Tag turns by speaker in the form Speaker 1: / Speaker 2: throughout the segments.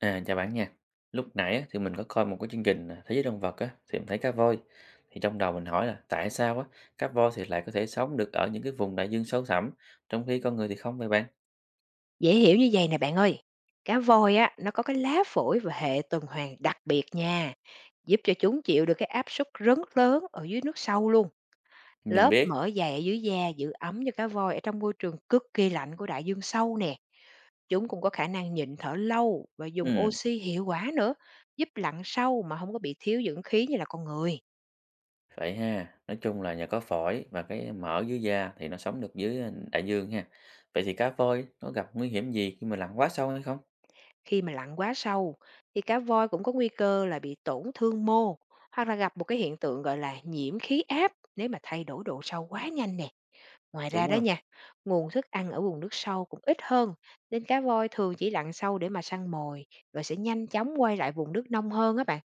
Speaker 1: À, chào bạn nha. Lúc nãy á, thì mình có coi một cái chương trình à, Thế giới động vật á, thì mình thấy cá voi. Thì trong đầu mình hỏi là tại sao á, cá voi thì lại có thể sống được ở những cái vùng đại dương sâu thẳm, trong khi con người thì không vậy bạn?
Speaker 2: Dễ hiểu như vậy nè bạn ơi, cá voi á, nó có cái lá phổi và hệ tuần hoàn đặc biệt nha, giúp cho chúng chịu được cái áp suất rất lớn ở dưới nước sâu luôn.
Speaker 1: Mình
Speaker 2: Lớp
Speaker 1: biết.
Speaker 2: mỡ dày ở dưới da giữ ấm cho cá voi ở trong môi trường cực kỳ lạnh của đại dương sâu nè. Chúng cũng có khả năng nhịn thở lâu và dùng
Speaker 1: Ừ,
Speaker 2: oxy hiệu quả nữa, giúp lặn sâu mà không có bị thiếu dưỡng khí như là con người.
Speaker 1: vậy ha. Nói chung là nhờ có phổi và cái mỡ dưới da thì nó sống được dưới à, đại dương ha. Vậy thì cá voi nó gặp nguy hiểm gì khi mà lặn quá sâu hay không?
Speaker 2: Khi mà lặn quá sâu thì cá voi cũng có nguy cơ là bị tổn thương mô hoặc là gặp một cái hiện tượng gọi là nhiễm khí áp nếu mà thay đổi độ sâu quá nhanh nè. Ngoài ra
Speaker 1: Đúng
Speaker 2: đó
Speaker 1: không?
Speaker 2: nha, nguồn thức ăn ở vùng nước sâu cũng ít hơn nên cá voi thường chỉ lặn sâu để mà săn mồi rồi sẽ nhanh chóng quay lại vùng nước nông hơn á bạn.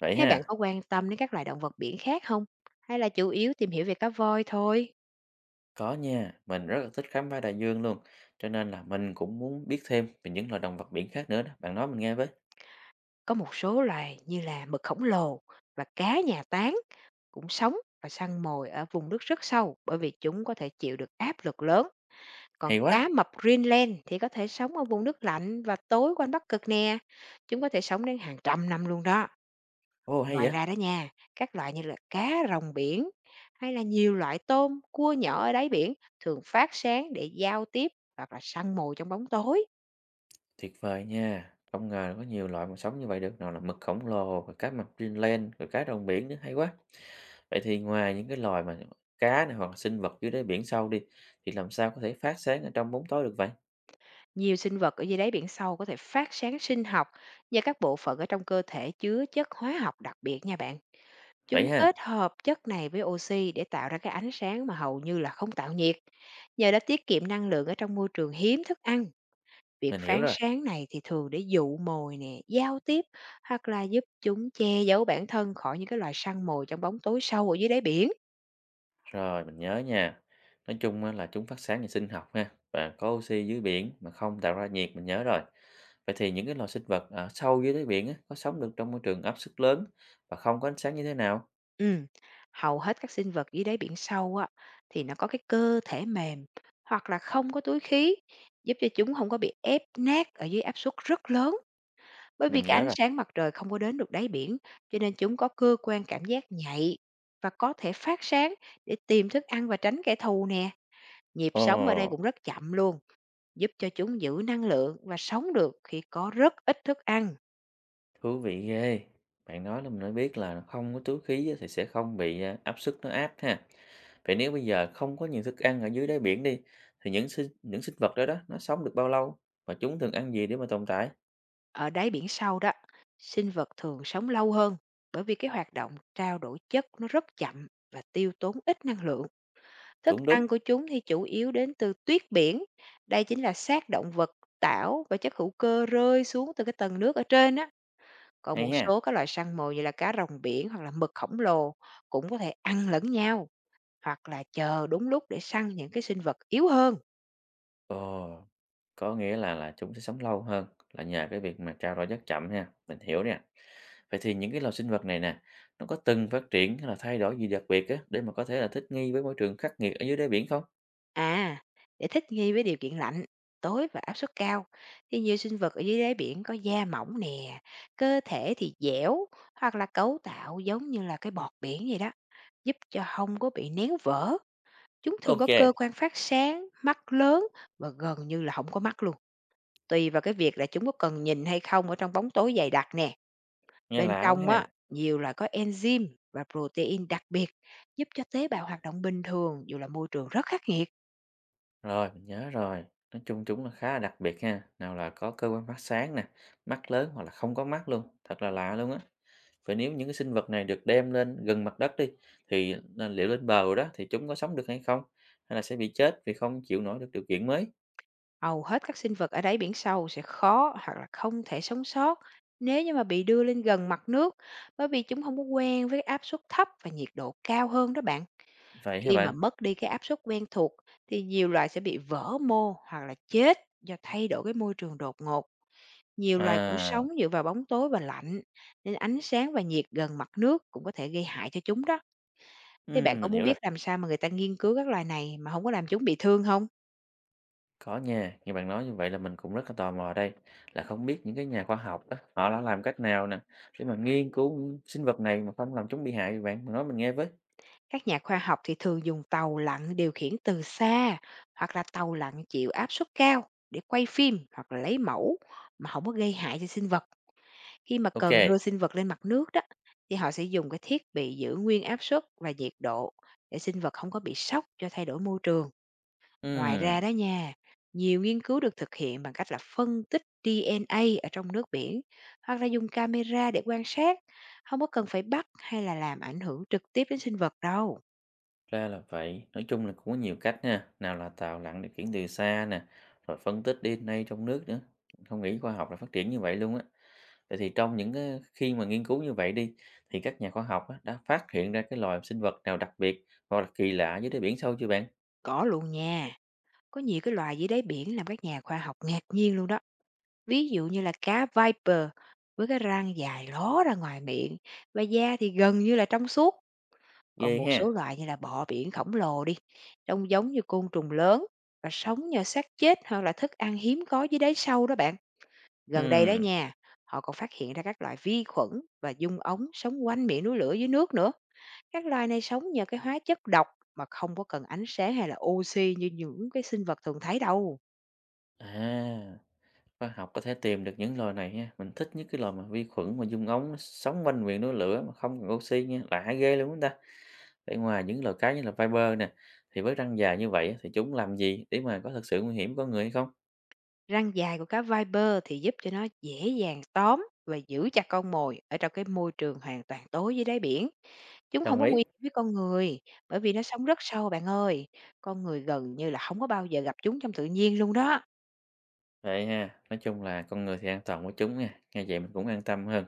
Speaker 1: Vậy
Speaker 2: Thế bạn
Speaker 1: ha.
Speaker 2: có quan tâm đến các loài động vật biển khác không? Hay là chủ yếu tìm hiểu về cá voi thôi?
Speaker 1: Có nha, mình rất là thích khám phá đại dương luôn. Cho nên là mình cũng muốn biết thêm về những loài động vật biển khác nữa đó. Bạn nói mình nghe với.
Speaker 2: Có một số loài như là mực khổng lồ và cá nhà tán cũng sống và săn mồi ở vùng nước rất sâu, bởi vì chúng có thể chịu được áp lực lớn. Còn
Speaker 1: Hay
Speaker 2: cá
Speaker 1: quá!
Speaker 2: mập Greenland thì có thể sống ở vùng nước lạnh và tối quanh Bắc Cực nè. Chúng có thể sống đến hàng trăm năm luôn đó.
Speaker 1: Ồ, hay
Speaker 2: Ngoài
Speaker 1: vậy!
Speaker 2: ra đó nha, các loại như là cá rồng biển hay là nhiều loại tôm, cua nhỏ ở đáy biển thường phát sáng để giao tiếp hoặc là săn mồi trong bóng tối.
Speaker 1: Tuyệt vời nha! Không ngờ là có nhiều loại mà sống như vậy được, nào là mực khổng lồ, rồi cá mập Greenland, rồi cá rồng biển nữa, hay quá! Vậy thì ngoài những cái loài mà cá này hoặc là sinh vật dưới đáy biển sâu đi, thì làm sao có thể phát sáng ở trong bóng tối được vậy?
Speaker 2: Nhiều sinh vật ở dưới đáy biển sâu có thể phát sáng sinh học do các bộ phận ở trong cơ thể chứa chất hóa học đặc biệt nha bạn. Chúng
Speaker 1: Vậy ha,
Speaker 2: kết hợp chất này với oxy để tạo ra cái ánh sáng mà hầu như là không tạo nhiệt. Nhờ đã tiết kiệm năng lượng ở trong môi trường hiếm thức ăn, việc
Speaker 1: mình hiểu
Speaker 2: phán
Speaker 1: rồi.
Speaker 2: sáng này thì thường để dụ mồi nè, giao tiếp hoặc là giúp chúng che giấu bản thân khỏi những cái loài săn mồi trong bóng tối sâu ở dưới đáy biển.
Speaker 1: Rồi, mình nhớ nha. Nói chung á là chúng phát sáng nhờ sinh học ha, và có oxy dưới biển mà không tạo ra nhiệt, mình nhớ rồi. Vậy thì những cái loài sinh vật ở sâu dưới đáy biển á, có sống được trong môi trường áp suất lớn và không có ánh sáng như thế nào?
Speaker 2: Ừ. Hầu hết các sinh vật dưới đáy biển sâu á, thì nó có cái cơ thể mềm hoặc là không có túi khí, giúp cho chúng không có bị ép nát ở dưới áp suất rất lớn. Bởi
Speaker 1: Mình
Speaker 2: vì cái
Speaker 1: nhớ
Speaker 2: ánh
Speaker 1: rồi.
Speaker 2: sáng mặt trời không có đến được đáy biển, cho nên chúng có cơ quan cảm giác nhạy và có thể phát sáng để tìm thức ăn và tránh kẻ thù nè. Nhịp
Speaker 1: Ồ!
Speaker 2: sống ở đây cũng rất chậm luôn, giúp cho chúng giữ năng lượng và sống được khi có rất ít thức ăn
Speaker 1: Thú vị ghê. Bạn nói là mình mới biết là không có túi khí á thì sẽ không bị à, áp suất nó áp ha. Vậy nếu bây giờ không có nhiều thức ăn ở dưới đáy biển đi thì những sinh vật đó đó nó sống được bao lâu và chúng thường ăn gì để mà tồn tại?
Speaker 2: ở đáy biển sâu đó. Sinh vật thường sống lâu hơn bởi vì cái hoạt động trao đổi chất nó rất chậm và tiêu tốn ít năng lượng. Thức
Speaker 1: Đúng đúng.
Speaker 2: ăn của chúng thì chủ yếu đến từ tuyết biển, đây chính là xác động vật, tảo và chất hữu cơ rơi xuống từ cái tầng nước ở trên á. Còn một
Speaker 1: Hay ha.
Speaker 2: số các loài săn mồi như là cá rồng biển hoặc là mực khổng lồ cũng có thể ăn lẫn nhau hoặc là chờ đúng lúc để săn những cái sinh vật yếu hơn.
Speaker 1: Ồ, có nghĩa là chúng sẽ sống lâu hơn là nhờ cái việc mà trao đổi rất chậm ha. Mình hiểu nè. Vậy thì những cái loài sinh vật này nè, nó có từng phát triển hay là thay đổi gì đặc biệt á để mà có thể là thích nghi với môi trường khắc nghiệt ở dưới đáy biển không?
Speaker 2: À, để thích nghi với điều kiện lạnh, tối và áp suất cao thì nhiều sinh vật ở dưới đáy biển có da mỏng nè, cơ thể thì dẻo hoặc là cấu tạo giống như là cái bọt biển vậy đó, giúp cho hông có bị néo vỡ. Chúng thường có
Speaker 1: Ok,
Speaker 2: cơ quan phát sáng, mắt lớn và gần như là không có mắt luôn, tùy vào cái việc là chúng có cần nhìn hay không ở trong bóng tối dày đặc nè.
Speaker 1: nghe
Speaker 2: Bên
Speaker 1: lạ quá
Speaker 2: trong á,
Speaker 1: ha.
Speaker 2: nhiều là có enzyme và protein đặc biệt, giúp cho tế bào hoạt động bình thường dù là môi trường rất khắc nghiệt.
Speaker 1: Rồi, mình nhớ rồi. Nói chung chúng nó khá là đặc biệt ha. Nào là có cơ quan phát sáng nè, mắt lớn hoặc là không có mắt luôn. Thật là lạ luôn á. Vậy nếu những cái sinh vật này được đem lên gần mặt đất đi, thì là liệu lên bờ rồi đó thì chúng có sống được hay không? Hay là sẽ bị chết vì không chịu nổi được điều kiện mới?
Speaker 2: Hầu hết các sinh vật ở đáy biển sâu sẽ khó hoặc là không thể sống sót nếu như mà bị đưa lên gần mặt nước, bởi vì chúng không có quen với áp suất thấp và nhiệt độ cao hơn đó bạn.
Speaker 1: Vậy hả
Speaker 2: Khi mà
Speaker 1: bạn?
Speaker 2: mất đi cái áp suất quen thuộc thì nhiều loài sẽ bị vỡ mô hoặc là chết do thay đổi cái môi trường đột ngột. Nhiều loài cũng
Speaker 1: À,
Speaker 2: sống dựa vào bóng tối và lạnh, nên ánh sáng và nhiệt gần mặt nước cũng có thể gây hại cho chúng đó. Thế bạn có
Speaker 1: mình
Speaker 2: muốn
Speaker 1: hiểu rồi.
Speaker 2: biết làm sao mà người ta nghiên cứu các loài này mà không có làm chúng bị thương không?
Speaker 1: Có nha, như bạn nói như vậy là mình cũng rất là tò mò đây. Là không biết những cái nhà khoa học đó, họ đã làm cách nào nè, để mà nghiên cứu sinh vật này mà không làm chúng bị hại vậy bạn. Mình nói mình nghe với.
Speaker 2: Các nhà khoa học thì thường dùng tàu lặn điều khiển từ xa hoặc là tàu lặn chịu áp suất cao để quay phim hoặc là lấy mẫu mà không có gây hại cho sinh vật. Khi mà
Speaker 1: Ok.
Speaker 2: cần đưa sinh vật lên mặt nước đó, thì họ sẽ dùng cái thiết bị giữ nguyên áp suất và nhiệt độ để sinh vật không có bị sốc do thay đổi môi trường. Ngoài
Speaker 1: Ừm.
Speaker 2: ra đó nha, nhiều nghiên cứu được thực hiện bằng cách là phân tích DNA ở trong nước biển hoặc là dùng camera để quan sát, không có cần phải bắt hay là làm ảnh hưởng trực tiếp đến sinh vật đâu.
Speaker 1: Ra là vậy, nói chung là cũng có nhiều cách nha nào là tàu lặn điều khiển từ xa nè, rồi phân tích DNA trong nước nữa. Không nghĩ khoa học là phát triển như vậy luôn á. Vậy thì trong những cái khi mà nghiên cứu như vậy đi, thì các nhà khoa học á, đã phát hiện ra cái loài sinh vật nào đặc biệt hoặc là kỳ lạ dưới đáy biển sâu chưa bạn?
Speaker 2: Có luôn nha, có nhiều cái loài dưới đáy biển làm các nhà khoa học ngạc nhiên luôn đó. Ví dụ như là cá Viper với cái răng dài ló ra ngoài miệng và da thì gần như là trong suốt,
Speaker 1: Ghê
Speaker 2: còn một số
Speaker 1: ha.
Speaker 2: loại như là bọ biển khổng lồ đi, trông giống như côn trùng lớn và sống nhờ xác chết hoặc là thức ăn hiếm có dưới đáy sâu đó bạn. Gần đây đó
Speaker 1: Ừm,
Speaker 2: nha, họ còn phát hiện ra các loại vi khuẩn và dung ống sống quanh miệng núi lửa dưới nước nữa. Các loài này sống nhờ cái hóa chất độc mà không có cần ánh sáng hay là oxy như những cái sinh vật thường thấy đâu.
Speaker 1: À, khoa học có thể tìm được những loài này ha. Mình thích nhất cái loài mà vi khuẩn mà dung ống nó sống quanh miệng núi lửa mà không cần oxy nha, lạ ghê luôn chúng ta. Vậy ngoài những loài cá như là viper nè, thì với răng dài như vậy á, thì chúng làm gì để mà có thực sự nguy hiểm với con người hay không?
Speaker 2: Răng dài của cá viper thì giúp cho nó dễ dàng tóm và giữ chặt con mồi ở trong cái môi trường hoàn toàn tối dưới đáy biển. Chúng không
Speaker 1: Đồng
Speaker 2: có
Speaker 1: ý.
Speaker 2: nguy hiểm với con người bởi vì nó sống rất sâu bạn ơi. Con người gần như là không có bao giờ gặp chúng trong tự nhiên luôn đó.
Speaker 1: Vậy ha, nói chung là con người thì an toàn với chúng nha, nghe vậy mình cũng an tâm hơn.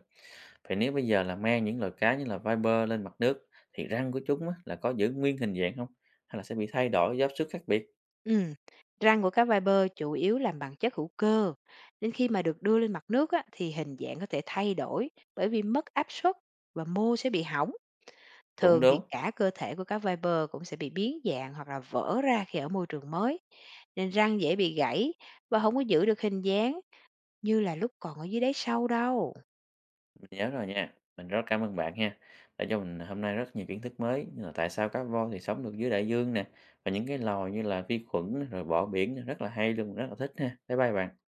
Speaker 1: Vậy nếu bây giờ là mang những loài cá như là viper lên mặt nước thì răng của chúng á, là có giữ nguyên hình dạng không? Hay là sẽ bị thay đổi do tiếp xúc khác biệt?
Speaker 2: Ừ. Răng của cá viper chủ yếu làm bằng chất hữu cơ. Nên khi mà được đưa lên mặt nước á, thì hình dạng có thể thay đổi bởi vì mất áp suất và mô sẽ bị hỏng.
Speaker 1: Cũng
Speaker 2: Thường thì
Speaker 1: đúng.
Speaker 2: cả cơ thể của cá viper cũng sẽ bị biến dạng hoặc là vỡ ra khi ở môi trường mới, nên răng dễ bị gãy và không có giữ được hình dáng như là lúc còn ở dưới đáy sâu đâu.
Speaker 1: Mình nhớ rồi nha. Mình rất cảm ơn bạn ha, đã cho mình hôm nay rất nhiều kiến thức mới như là tại sao cá voi thì sống được dưới đại dương nè, và những cái loài như là vi khuẩn rồi bọ biển rất là hay luôn, rất là thích ha. Bye bye bạn.